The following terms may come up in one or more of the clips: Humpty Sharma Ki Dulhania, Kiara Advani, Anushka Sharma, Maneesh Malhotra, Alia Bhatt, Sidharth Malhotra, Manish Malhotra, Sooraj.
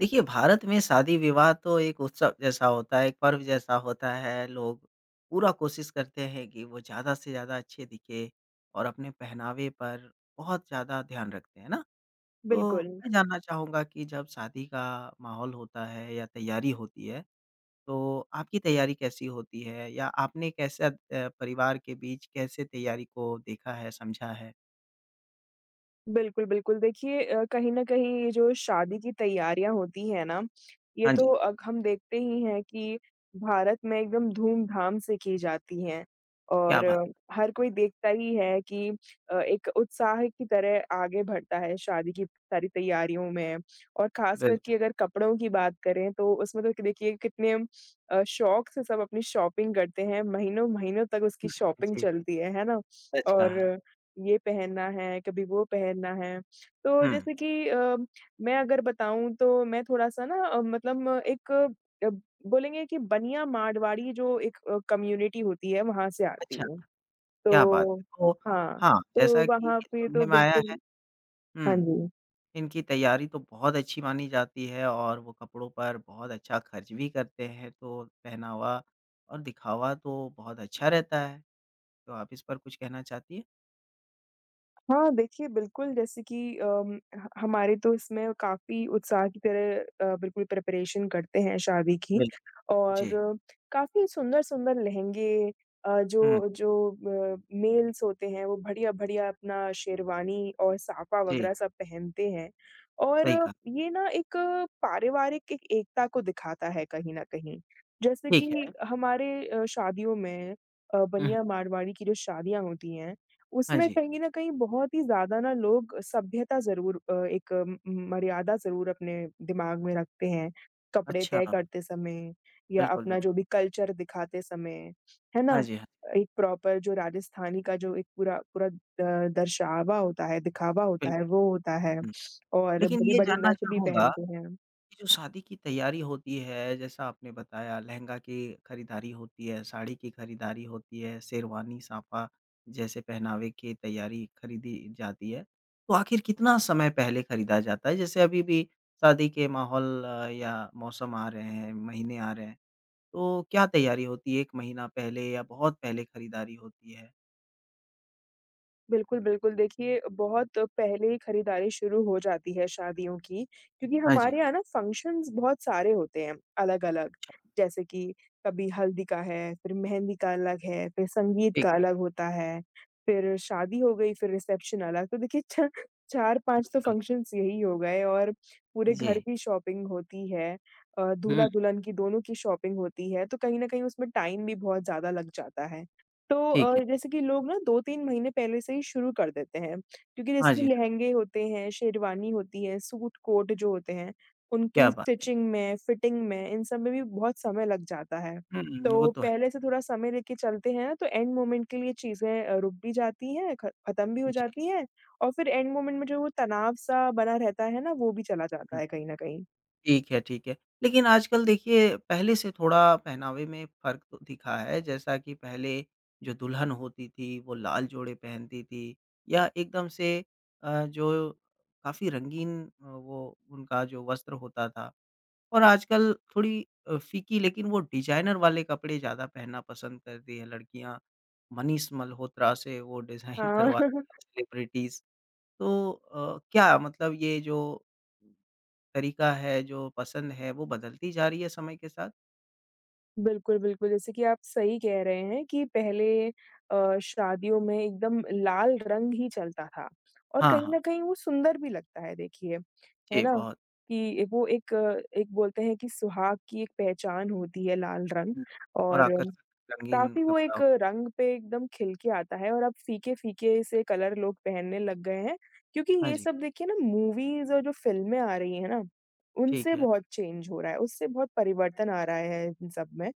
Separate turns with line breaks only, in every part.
देखिए, भारत में शादी-विवाह तो एक उत्सव जैसा होता है, एक पर्व जैसा होता है। लोग पूरा कोशिश करते हैं कि वो ज़्यादा से ज़्यादा अच्छे दिखें और अपने पहनावे पर बहुत ज़्यादा ध्यान रखते हैं, है ना? तो
बिल्कुल,
मैं जानना चाहूँगा कि जब शादी का माहौल होता है या तैयारी होती है, तो आपकी तैयारी कैसी होती है या आपने कैसा परिवार के बीच कैसे तैयारी को देखा है, समझा है?
बिल्कुल, बिल्कुल। देखिए कहीं न कहीं ये जो शादी की तैयारियाँ होती हैं ना, ये
हाँ
तो
जी,
अब हम देखते ही हैं कि भारत में एकदम धूम-धाम से की जाती हैं
क्या
और
बात!
हर कोई देखता ही है कि एक उत्साह की तरह आगे बढ़ता है शादी की सारी तैयारियों में और ख़ासकर
बिल्कुल,
कि अगर कपड़ों की बात करें, तो उसमें तो देखिए कितने शौक से सब अपनी शॉपिंग करते हैं, महीनों-महीनों तक उसकी शॉपिंग
जी,
चलती है ना?
सच
और
कहा।
ये पहनना है, कभी वो पहनना है। तो
हुँ,
जैसे कि मैं अगर बताऊँ तो मैं थोड़ा-सा ना मतलब एक अ, बोलेंगे कि बनिया मारवाड़ी जो एक कम्युनिटी होती है वहाँ से आती
अच्छा।
हूँ।
क्या बात
तो
है! तो
हाँ,
हाँ,
तो
जैसा कि
वहाँ पे तो
सुनने में आया है।
बिल्कुल हाँ
हुँ,
जी।
इनकी तैयारी तो बहुत अच्छी मानी जाती है और वो कपड़ों पर बहुत अच्छा खर्च भी करते हैं, तो पहनावा और दिखावा तो बहुत अच्छा रहता है। तो आप इस पर कुछ कहना चाहती हैं?
हाँ, देखिए बिल्कुल जैसे कि ह हमारे तो इसमें काफ़ी उत्साह की तरह बिल्कुल प्रिपरेशन करते हैं शादी की
बिल
और
जी,
काफ़ी सुंदर-सुंदर लहंगे, अ,
हुँ,
जो जो अ, मेल्स होते हैं वो बढ़िया-बढ़िया अपना शेरवानी और साफ़ा
जी,
वगैरह सब पहनते हैं और
सही कहा,
ये ना एक पारिवारिक एक एकता को दिखाता है कहीं न कहीं। जैसे
ठीक
कि
है।
हमारे शादियों में
हुँ,
बनिया मारवाड़ी की जो शादियाँ होती हैं
हाँ
उसमें
जी,
कहीं न कहीं बहुत ही ज़्यादा ना लोग सभ्यता ज़रूर एक अ, म मर्यादा ज़रूर अपने दिमाग में रखते हैं, कपड़े
अच्छा,
तय करते समय या
बिल्कुल,
अपना
बिल्कुल।
जो भी कल्चर दिखाते समय, है
हाँ
ना?
जी, हाँ, जी,
एक प्रॉपर जो राजस्थानी का जो एक पूरा पूरा दर्शावा होता है, दिखावा होता है,
बिल्कुल,
वो होता है
हुँ।
और
लेकिन ये
बड़ी-बड़ी
जानना
नथ भी
चाहूँगा
पहनते हैं।
जो शादी की तैयारी होती है, जैसा आपने बताया लहंगा की खरीदारी होती है, साड़ी की खरीदारी होती है, शेरवानी, साफा जैसे पहनावे की तैयारी खरीदी जाती है। तो आखिर कितना समय पहले खरीदा जाता है? जैसे अभी भी शादी के माहौल या मौसम आ रहे हैं, महीने आ रहे हैं, तो क्या तैयारी होती है 1 महीना पहले या बहुत पहले खरीदारी होती है?
बिल्कुल, बिल्कुल। देखिए, बहुत पहले ही खरीदारी शुरू हो जाती है शादियों की क्योंकि
हाँ जी।
हमारे यहाँ ना फंक्शंस बहुत सारे होते हैं अलग-अलग।
अच्छा,
जैसे कि कभी हल्दी का है, फिर मेहंदी का अलग है, फिर संगीत
ठीक
का
है,
अलग होता है, फिर शादी हो गई, फिर रिसेप्शन अलग। तो देखिए छ 4-5 तो
बिल्कुल।
फंक्शंस यही हो गए और पूरे
जी।
घर की शॉपिंग होती है।
हुँ,
दूल्हा-दुल्हन की दोनों की शॉपिंग होती है, तो कहीं न कहीं उसमें टाइम भी बहुत ज़्यादा लग जाता है। तो
ठीक है।
जैसे कि लोग ना 2-3 महीने पहले से ही शुरू कर देते हैं, क्योंकि
हाँ
जैसे
जी,
कि
हाँ,
लहंगे होते हैं, शेरवानी होती है, सूट कोट जो होते हैं, उनकी
क्या बात है।
स्टिचिंग में, फिटिंग में, इन सब में भी बहुत समय लग जाता है।
वो
तो
तो है।
पहले से थोड़ा समय लेके चलते हैं ना तो एंड मोमेंट के लिए चीज़ें रुक भी जाती हैं, ख खत्म भी हो
जी।
जाती हैं और फिर एंड मोमेंट में जो वो तनाव-सा बना रहता है ना, वो भी चला जाता
हुँ।
है कहीं न कहीं।
ठीक है, ठीक है। लेकिन आजकल देखिए पहले से थोड़ा पहनावे में फ़र्क तो दिखा है, जैसा कि पहले जो दुल्हन होती थी, वो लाल जोड़े पहनती थी या एकदम से जो काफ़ी रंगीन वो उनका जो वस्त्र होता था और आजकल थोड़ी फ़ीकी लेकिन वो डिज़ाइनर वाले कपड़े ज़्यादा पहनना पसंद करती हैं लड़कियाँ। मनीष मल्होत्रा से वो डिज़ाइन
हाँ।
करवाती हैं सेलिब्रिटीज़। तो क्या मतलब ये जो तरीका है, जो पसंद है, वो बदलती जा रही है समय के साथ?
बिल्कुल, बिल्कुल, जैसे कि आप सही कह रहे हैं कि पहले शादियों में एकदम लाल रंग ही चलता था और
हाँ,
कहीं न
हाँ।
कहीं वो सुंदर भी लगता है देखिए, है
जी,
ना?
बहुत
कि वो एक एक बोलते हैं कि सुहाग की एक पहचान होती है लाल रंग
हुँ, और
और
आकर्षक, रंगीन
काफ़ी वो
कपड़ा
एक
हो।
रंग पे एकदम खिल के आता है और अब फीके-फीके से कलर लोग पहनने लग गए हैं, क्योंकि
हाँ
ये
जी,
सब देखिए ना मूवीज़ और जो फ़िल्में आ रही हैं ना, उनसे
ठीक है।
बहुत चेंज हो रहा है, उससे बहुत परिवर्तन आ रहा है इन सब में।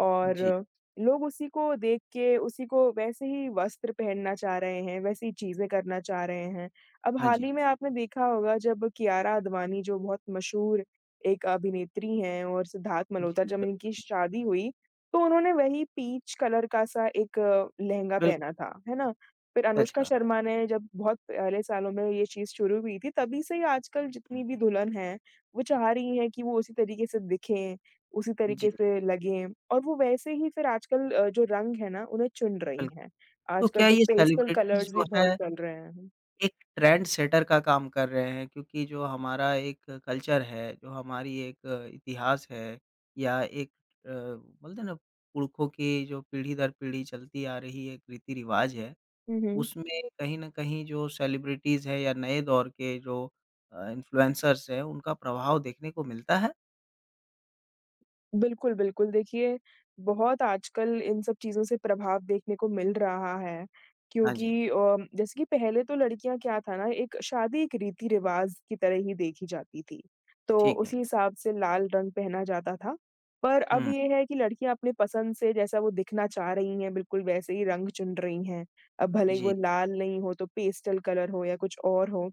और
जी,
लोग उसी को देख के, उसी को वैसे ही वस्त्र पहनना चाह रहे हैं, वैसी ही चीज़ें करना चाह रहे हैं। अब
हाँ
हाल
जी।
ही में आपने देखा होगा जब कियारा आडवाणी जो बहुत मशहूर एक अभिनेत्री हैं और सिद्धार्थ
जी,
मल्होत्रा जब
बिल
इनकी शादी हुई तो उन्होंने वही पीच कलर का-सा एक लहंगा
बिल्कुल,
पहना था, है ना? फिर
सच
अनुष्का
कहा।
शर्मा ने जब बहुत पहले सालों में ये चीज़ शुरू हुई थी, तभी से ही आजकल जितनी
हुँ,
भी दुल्हन है, वो चाह रही है कि वो उसी तरीके से दिखें, उसी
जी,
तरीके
जी,
से लगें और वो वैसे ही फिर आजकल जो रंग है ना, उन्हें चुन रही
बिल्कुल।
हैं।
तो
आजकल
क्या
तो
ये
पेस्टल
सेलिब्रिटीज़
कलर्स भी
जो
बहुत
है,
चल रहे हैं।
एक ट्रेंड सेटर का काम कर रहे हैं? क्योंकि जो हमारा एक कल्चर है, जो हमारी एक इतिहास है या एक बोलते हैं ना, पुरखों की जो पीढ़ी दर पीढ़ी चलती आ रही एक रीति-रिवाज है
हुँ, हुँ।
उसमें कहीं न कहीं जो सेलिब्रिटीज़ हैं या नए दौर के जो इन्फ्लुएंसर्स हैं, उनका प्रभाव देखने को मिलता है?
बिल्कुल, बिल्कुल। देखिए, बहुत आजकल इन सब चीज़ों से प्रभाव देखने को मिल रहा है
हाँ जी,
क्योंकि जैसे कि पहले तो लड़कियाँ क्या था ना, एक शादी एक रीति-रिवाज़ की तरह ही देखी जाती थी, तो
ठीक
उसी
है।
हिसाब से लाल रंग पहना जाता था। पर अब
हुँ,
ये है कि लड़कियाँ अपने पसंद से जैसा वो दिखना चाह रही हैं, बिल्कुल वैसे ही रंग चुन रही हैं। अब भले ही वो
जी,
लाल नहीं हो, तो पेस्टल कलर हो या कुछ और हो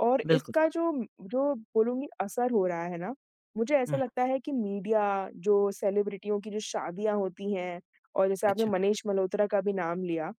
और
बिल्कुल।
इसका जो जो बोलूँगी असर हो रहा है ना मुझे ऐसा
हुँ,
लगता है कि मीडिया, जो सेलिब्रिटियों की जो शादियाँ होती हैं और जैसे आपने
अच्छा,
मनीष मल्होत्रा का भी नाम लिया,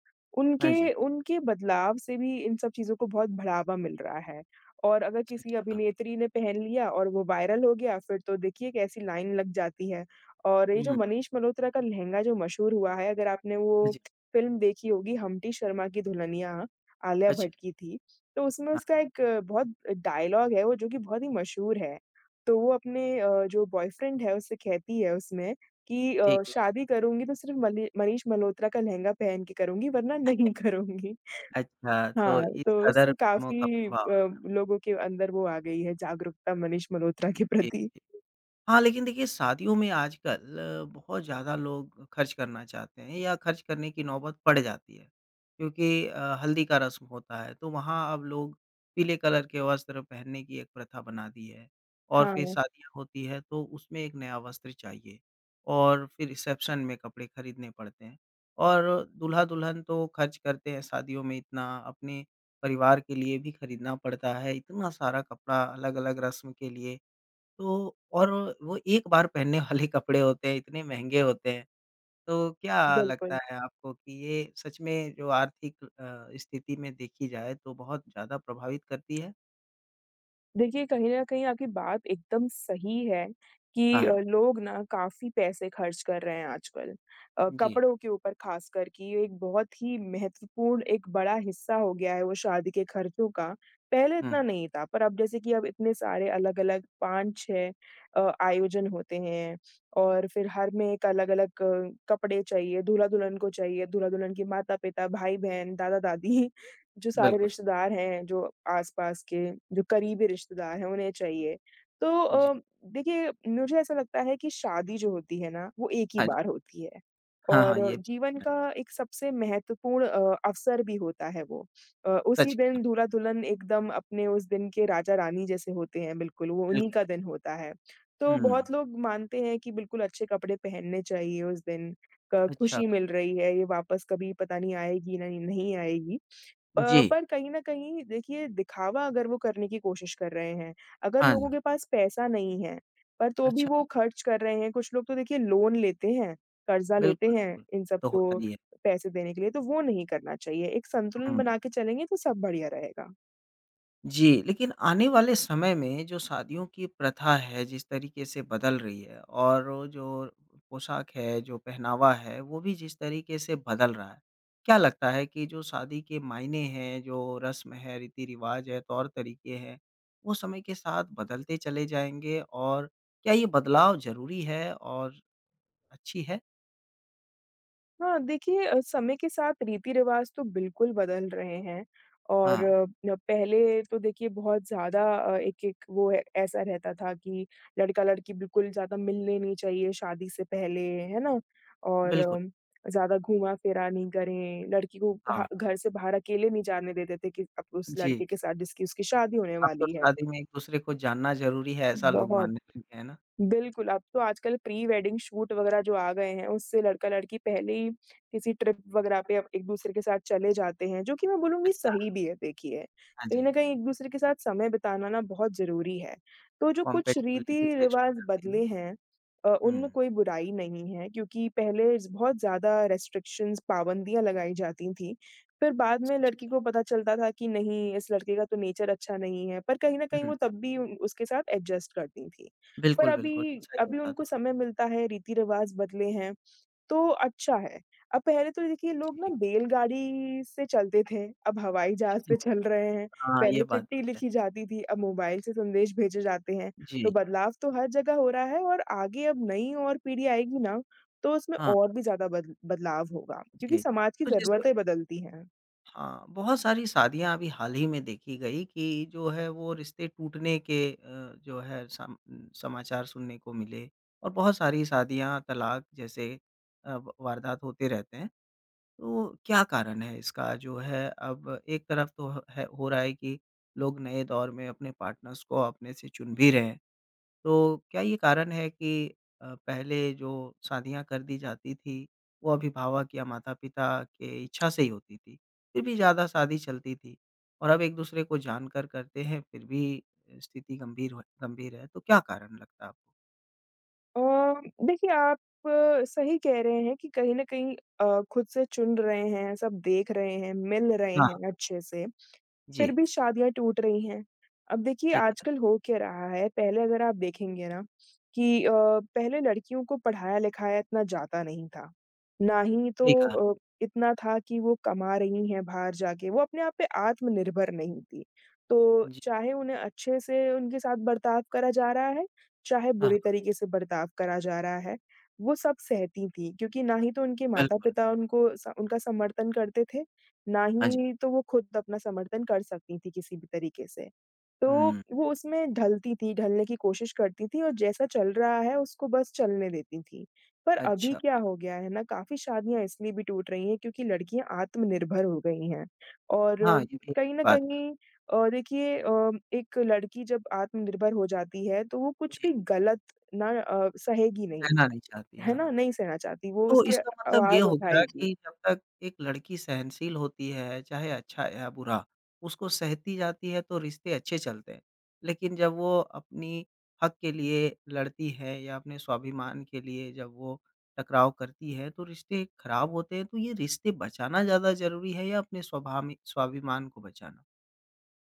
हाँ जी,
उनके उनके बदलाव से भी इन सब चीज़ों को बहुत बढ़ावा मिल रहा है। और अगर
सच
किसी
कहा।
अभिनेत्री ने पहन लिया और वो वायरल हो गया, फिर तो देखिए कैसी लाइन लग जाती है। और ये जो
हुँ,
मनीष मल्होत्रा का लहंगा जो मशहूर हुआ है, अगर आपने वो
जी,
फ़िल्म देखी होगी हम्टी शर्मा की दुल्हनिया, आलिया
अच्छा,
भट्ट की थी, तो उसमें उसका
हाँ,
एक बहुत डायलॉग है वो जो कि बहुत ही मशहूर है। तो वो अपने जो बॉयफ्रेंड है उससे कहती है उसमें कि
ठीक है।
शादी करूँगी तो सिर्फ़ मलि मनीष मल्होत्रा का लहंगा पहन के करूँगी वरना नहीं करूँगी।
अच्छा, तो
हाँ, तो
इस कदर
उसको
फिल्मों का
काफ़ी
प्रभाव है।
लोगों के अंदर वो आ गई है जागरूकता मनीष मल्होत्रा के
जी।
प्रति।
हाँ, लेकिन देखिए शादियों में आजकल बहुत ज़्यादा लोग खर्च करना चाहते हैं या खर्च करने की नौबत पड़ जाती है। क्योंकि हल्दी का रस्म होता है तो वहाँ अब लोग पीले कलर के वस्त्र पहनने की एक प्रथा बना दी है और फिर
हाँ,
शादियाँ होती है तो उसमें एक नया वस्त्र चाहिए और फिर रिसेप्शन में कपड़े खरीदने पड़ते हैं। और दूल्हा-दुल्हन तो खर्च करते हैं शादियों में इतना अपने परिवार के लिए भी खरीदना पड़ता है, इतना सारा कपड़ा अलग-अलग रस्म के लिए तो और वो एक बार पहनने वाले कपड़े होते हैं, इतने महँगे होते हैं। तो क्या लगता
बिल्कुल।
है आपको कि ये सच में जो आर्थिक स्थिति में देखी जाए तो बहुत ज़्यादा प्रभावित करती है?
देखिए, कहीं न कहीं आपकी बात एकदम सही है
हाँ,
कि
हाँ।
लोग ना काफ़ी पैसे खर्च कर रहे हैं आजकल।
जी।
कपड़ों के ऊपर ख़ासकर कि ये एक बहुत ही महत्वपूर्ण एक बड़ा हिस्सा हो गया है वो शादी के खर्चों का। पहले
हुँ,
इतना नहीं था, पर अब जैसे कि अब इतने सारे अलग-अलग 5-6 आयोजन होते हैं और फिर हर में एक अलग-अलग कपड़े चाहिए, दूल्हा-दुल्हन को चाहिए, दूल्हा-दुल्हन के माता-पिता, भाई-बहन, दादा-दादी। जो सारे
बिल्कुल।
रिश्तेदार हैं, जो आस-पास के जो करीबी रिश्तेदार हैं, उन्हें चाहिए। तो
जी।
देखिए मुझे ऐसा लगता है कि शादी जो होती है ना, वो एक ही
हाँ जी।
बार होती है
हाँ, हाँ,
और
ये
जीवन
है।
का एक सबसे महत्वपूर्ण अवसर भी होता है वो। उसी
सच कहा,
दिन दूल्हा-दुल्हन एकदम अपने उस दिन के राजा-रानी जैसे होते हैं बिल्कुल, वो उन्हीं
बिल्कुल।
का दिन होता है। तो
हुँ,
बहुत लोग मानते हैं कि बिल्कुल अच्छे कपड़े पहनने चाहिए उस दिन, क
अच्छा।
खुशी मिल रही है, ये वापस कभी पता नहीं आएगी ना नहीं आएगी।
जी।
पर कहीं न कहीं देखिए दिखावा अगर वो करने की कोशिश कर रहे हैं, अगर
हाँ जी।
लोगों के पास पैसा नहीं है, पर तो भी
अच्छा,
वो खर्च कर रहे हैं, कुछ लोग तो देखिए लोन लेते हैं, कर्ज़ा लेते
बिल्कुल,
हैं
बिल्कुल।
इन
तो
सबको
होता ही है।
पैसे देने के लिए, तो वो नहीं करना चाहिए। एक संतुलन
हुँ।
बना के चलेंगे तो सब बढ़िया रहेगा।
जी, लेकिन आने वाले समय में जो शादियों की प्रथा है, जिस तरीके से बदल रही है और वो जो पोशाक है, जो पहनावा है, वो भी जिस तरीके से बदल रहा है, क्या लगता है कि जो शादी के मायने हैं, जो रस्म है, रीति-रिवाज है, तौर-तरीके हैं, वो समय के साथ बदलते चले जाएँगे और क्या ये बदलाव ज़रूरी है और अच्छी है?
हाँ, देखिए समय के साथ रीति-रिवाज़ तो बिल्कुल बदल रहे हैं और
हाँ,
अ, न पहले तो देखिए बहुत ज़्यादा एक-एक वो है ऐसा रहता था कि लड़का-लड़की बिल्कुल ज़्यादा मिलने नहीं चाहिए शादी से पहले, है ना? और
बिल्कुल,
ज़्यादा घूमा-फिरा नहीं करें, लड़की को घा
हाँ,
घर से बाहर अकेले नहीं जाने देते थे कि अब उस
जी।
लड़के के साथ जिसकी उसकी शादी होने
अब तो
वाली है।
शादी में एक-दूसरे को जानना ज़रूरी है, ऐसा लोग
बहुत
मानने लगे हैं ना?
बिल्कुल, अब तो आजकल प्री वेडिंग शूट वगैरह जो आ गए हैं, उससे लड़का-लड़की पहले ही किसी ट्रिप वगैरह पे एक दूसरे के साथ चले जाते हैं, जो कि मैं बोलूँगी
अच्छा,
सही भी है देखिए।
हाँ
कहीं
जी।
न कहीं एक-दूसरे के साथ समय बिताना ना बहुत ज़रूरी है। तो जो कुछ
कॉम्पैटिबिलिटी टेस्ट हो
रीति-रिवाज़
जाती है ना।
बदले हैं
हुँ,
उनमें कोई बुराई नहीं है क्योंकि पहले बहुत ज़्यादा रिस्ट्रिक्शंस पाबंदियाँ लगाई जाती थीं। फिर बाद में लड़की
सच
को पता चलता था कि नहीं, इस लड़के का तो नेचर अच्छा नहीं है, पर कहीं न कहीं
हुँ,
वो तब भी उन उसके साथ एडजस्ट करती थी। पर
बिल्कुल,
अभी
बिल्कुल, ऐसा ही
अभी
होता
उनको
था।
समय मिलता है, रीति-रिवाज़ बदले हैं, तो अच्छा है। अब पहले तो देखिए लोग ना
जी,
बैलगाड़ी से चलते थे, अब हवाई जहाज़ पे चल रहे हैं।
हाँ, ये
पहले
बात
चिट्ठी
भी है।
लिखी जाती थी, अब मोबाइल से संदेश भेजे जाते हैं। तो
जी,
बदलाव तो हर जगह हो रहा है और आगे अब नई और पीढ़ी आएगी ना, तो उसमें
हाँ,
और भी ज़्यादा बद बदलाव होगा, क्योंकि
जी।
समाज की
तो जैसे
ज़रूरतें बदलती हैं।
हाँ, बहुत सारी शादियाँ अभी हाल ही में देखी गई कि जो है वो रिश्ते टूटने के जो है सम समाचार सुनने को मिले और बहुत सारी शादियाँ, तलाक जैसे व वारदात होते रहते हैं। तो क्या कारण है इसका जो है अब एक तरफ तो ह है हो रहा है कि लोग नए दौर में अपने पार्टनर्स को अपने से चुन भी रहे हैं। तो क्या ये कारण है कि पहले जो शादियाँ कर दी जाती थी, वो अभिभावक या माता-पिता के इच्छा से ही होती थी, फिर भी ज़्यादा शादी चलती थी और अब एक-दूसरे को जानकर करते हैं फिर भी स्थिति गंभीर हो गंभीर है, तो क्या कारण लगता है आपको?
अ, देखिए आप सही कह रहे हैं कि कहीं न कहीं खुद से चुन रहे हैं, सब देख रहे हैं, मिल रहे हैं
हाँ,
अच्छे से। फिर
जी,
भी शादियाँ टूट रही हैं। अब देखिए
ठीक है,
आजकल हो क्या रहा है, पहले अगर आप देखेंगे ना कि पहले लड़कियों को पढ़ाया-लिखाया इतना जाता नहीं था। ना ही तो
सही कहा।
अ, इतना था कि वो कमा रही हैं बाहर जाके, वो अपने आप पे आत्मनिर्भर नहीं थी। तो
जी,
चाहे उन्हें अच्छे से उनके साथ बर्ताव करा जा रहा है, चाहे
हाँ,
बुरे
हाँ,
तरीके से बर्ताव करा जा रहा है, वो सब सहती थीं क्योंकि ना ही तो उनके
बिल्कुल।
माता-पिता उनको स उनका समर्थन करते थे ना
हाँ जी।
ही तो वो खुद अपना समर्थन कर सकती थी किसी भी तरीके से। तो
हुँ,
वो उसमें ढलती थी, ढलने की कोशिश करती थी और जैसा चल रहा है उसको बस चलने देती थी। पर अभी
अच्छा।
क्या हो गया है ना काफ़ी शादियाँ इसलिए भी टूट रही हैं क्योंकि लड़कियाँ आत्मनिर्भर हो गई हैं। और
हाँ, ये भी
कहीं न
बात
कहीं देखिए एक लड़की जब आत्मनिर्भर हो जाती है तो वो कुछ
जी,
भी गलत ना सहेगी नहीं,
सहना नहीं चाहती,
है ना?
हाँ।
नहीं सहना चाहती, वो
तो
उसकी
इसका मतलब ये
आवाज़
हो गया
उठाएगी।
कि जब तक एक लड़की सहनशील होती है, चाहे अच्छा या बुरा, उसको सहती जाती है तो रिश्ते अच्छे चलते हैं। लेकिन जब वो अपनी हक के लिए लड़ती है या अपने स्वाभिमान के लिए जब वो टकराव करती है, तो रिश्ते खराब होते हैं। तो ये रिश्ते बचाना ज़्यादा ज़रूरी है या अपने स्वभामि स्वाभिमान को बचाना?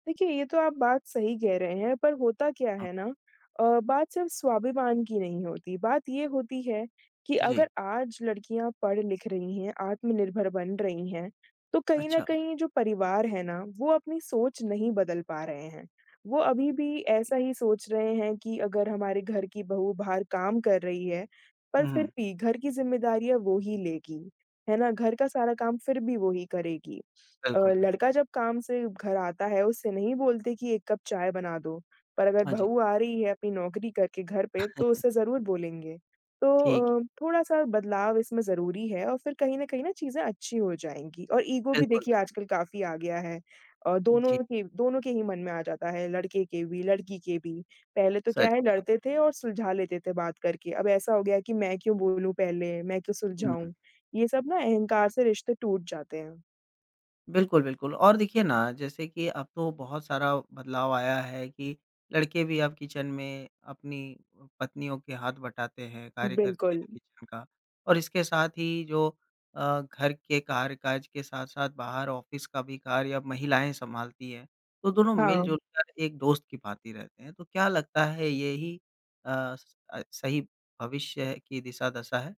देखिए, ये तो आप बात सही कह रहे हैं, पर होता क्या
हाँ,
है ना बात सिर्फ़ स्वाभिमान की नहीं होती, बात ये होती है कि अगर
जी,
आज लड़कियाँ पढ़-लिख रही हैं, आत्मनिर्भर बन रही हैं, तो कहीं न
अच्छा।
कहीं जो परिवार है ना, वो अपनी सोच नहीं बदल पा रहे हैं। वो अभी भी ऐसा ही सोच रहे हैं कि अगर हमारे घर की बहू बाहर काम कर रही है, पर
हुँ,
फिर
हुँ,
भी घर की ज़िम्मेदारियाँ वो ही लेगी, है ना? घर का सारा काम फिर भी वो ही करेगी।
बिल्कुल, बिल्कुल।
लड़का जब काम से घर आता है, उससे नहीं बोलते कि एक कप चाय बना दो, पर अगर
हाँ जी,
बहू आ रही है अपनी नौकरी करके घर पे, तो उससे ज़रूर बोलेंगे। तो
ठीक,
थोड़ा-सा बदलाव इसमें ज़रूरी है और फिर कहीं न कहीं ना चीज़ें अच्छी हो जाएँगी और ईगो भी
बिल्कुल,
देखिए
बिल्कुल।
आजकल काफ़ी आ गया है।
जी।
दोनों के ही मन में आ जाता है, लड़के के भी, लड़की के भी। पहले तो क्या
सच
है
कहा।
लड़ते थे और सुलझा लेते थे बात करके, अब ऐसा हो गया है कि मैं क्यों बोलूँ पहले, मैं क्यों
हुँ।
सुलझाऊँ? ये सब ना अहंकार से रिश्ते टूट जाते हैं।
बिल्कुल, बिल्कुल और देखिए ना, जैसे कि अब तो बहुत सारा बदलाव आया है कि लड़के भी अब किचन में अपनी पत्नियों के हाथ बटाते हैं, कार्य करते
बिल्कुल।
हैं किचन का और इसके साथ ही जो घर के कार्य-काज के साथ-साथ बाहर ऑफ़िस का भी कार्य अब महिलाएँ सँभालती हैं। तो दोनों
हाँ,
मिल-जुल कर एक दोस्त की भाँति रहते हैं। तो क्या लगता है यही अ, सही भविष्य की दिशा-दशा है?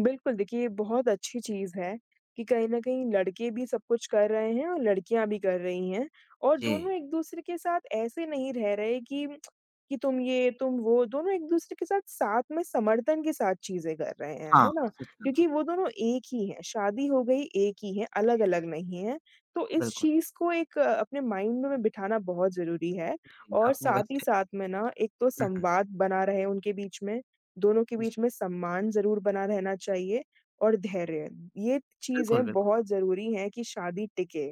बिल्कुल देखिए ये बहुत अच्छी चीज़ है कि कहीं न कहीं लड़के भी सब कुछ कर रहे हैं और लड़कियाँ भी कर रही हैं और
जी।
दोनों एक-दूसरे के साथ ऐसे नहीं रह रहे कि तुम ये, तुम वो, दोनों एक-दूसरे के साथ साथ में समर्थन के साथ चीज़ें कर रहे हैं,
हाँ,
है ना?
सच कहा।
क्योंकि वो दोनों एक ही हैं, शादी हो गई एक ही है,
जी,
अलग-अलग नहीं है। तो इस
बिल्कुल।
चीज़ को एक अपने माइंड में बिठाना बहुत ज़रूरी है
जी,
और
आपने
साथ ही
वैसे
साथ में ना एक तो
हुँ, हुँ।
संवाद बना रहे उनके बीच में दोनों के
जी,
बीच में सम्मान ज़रूर बना रहना चाहिए और धैर्य। ये
बिल्कुल,
चीज़ें
बिल्कुल।
बहुत ज़रूरी हैं कि शादी टिके,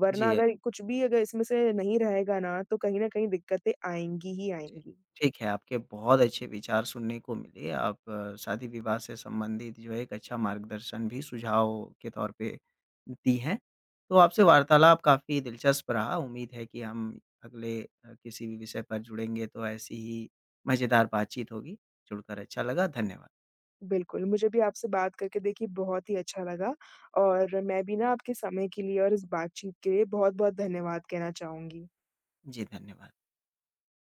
वरना
जी,
अगर कुछ भी अगर इसमें से नहीं रहेगा ना, तो कहीं न कहीं दिक्कतें आएँगी ही
जी।
आएँगी।
ठीक है, आपके बहुत अच्छे विचार सुनने को मिले। आप शादी-विवाह से संबंधित जो है एक अच्छा मार्गदर्शन भी सुझाव के तौर पे दी हैं। तो आपसे वार्तालाप काफ़ी दिलचस्प रहा। उम्मीद है कि हम अगले किसी भी विषय पर जुड़ेंगे तो ऐसी ही मज़ेदार बातचीत होगी। जुड़कर अच्छा लगा। धन्यवाद।
बिल्कुल, मुझे भी आपसे बात करके देखिए बहुत ही अच्छा लगा और मैं भी ना आपके समय के लिए और इस बातचीत के लिए बहुत-बहुत धन्यवाद कहना चाहूँगी।
जी, धन्यवाद।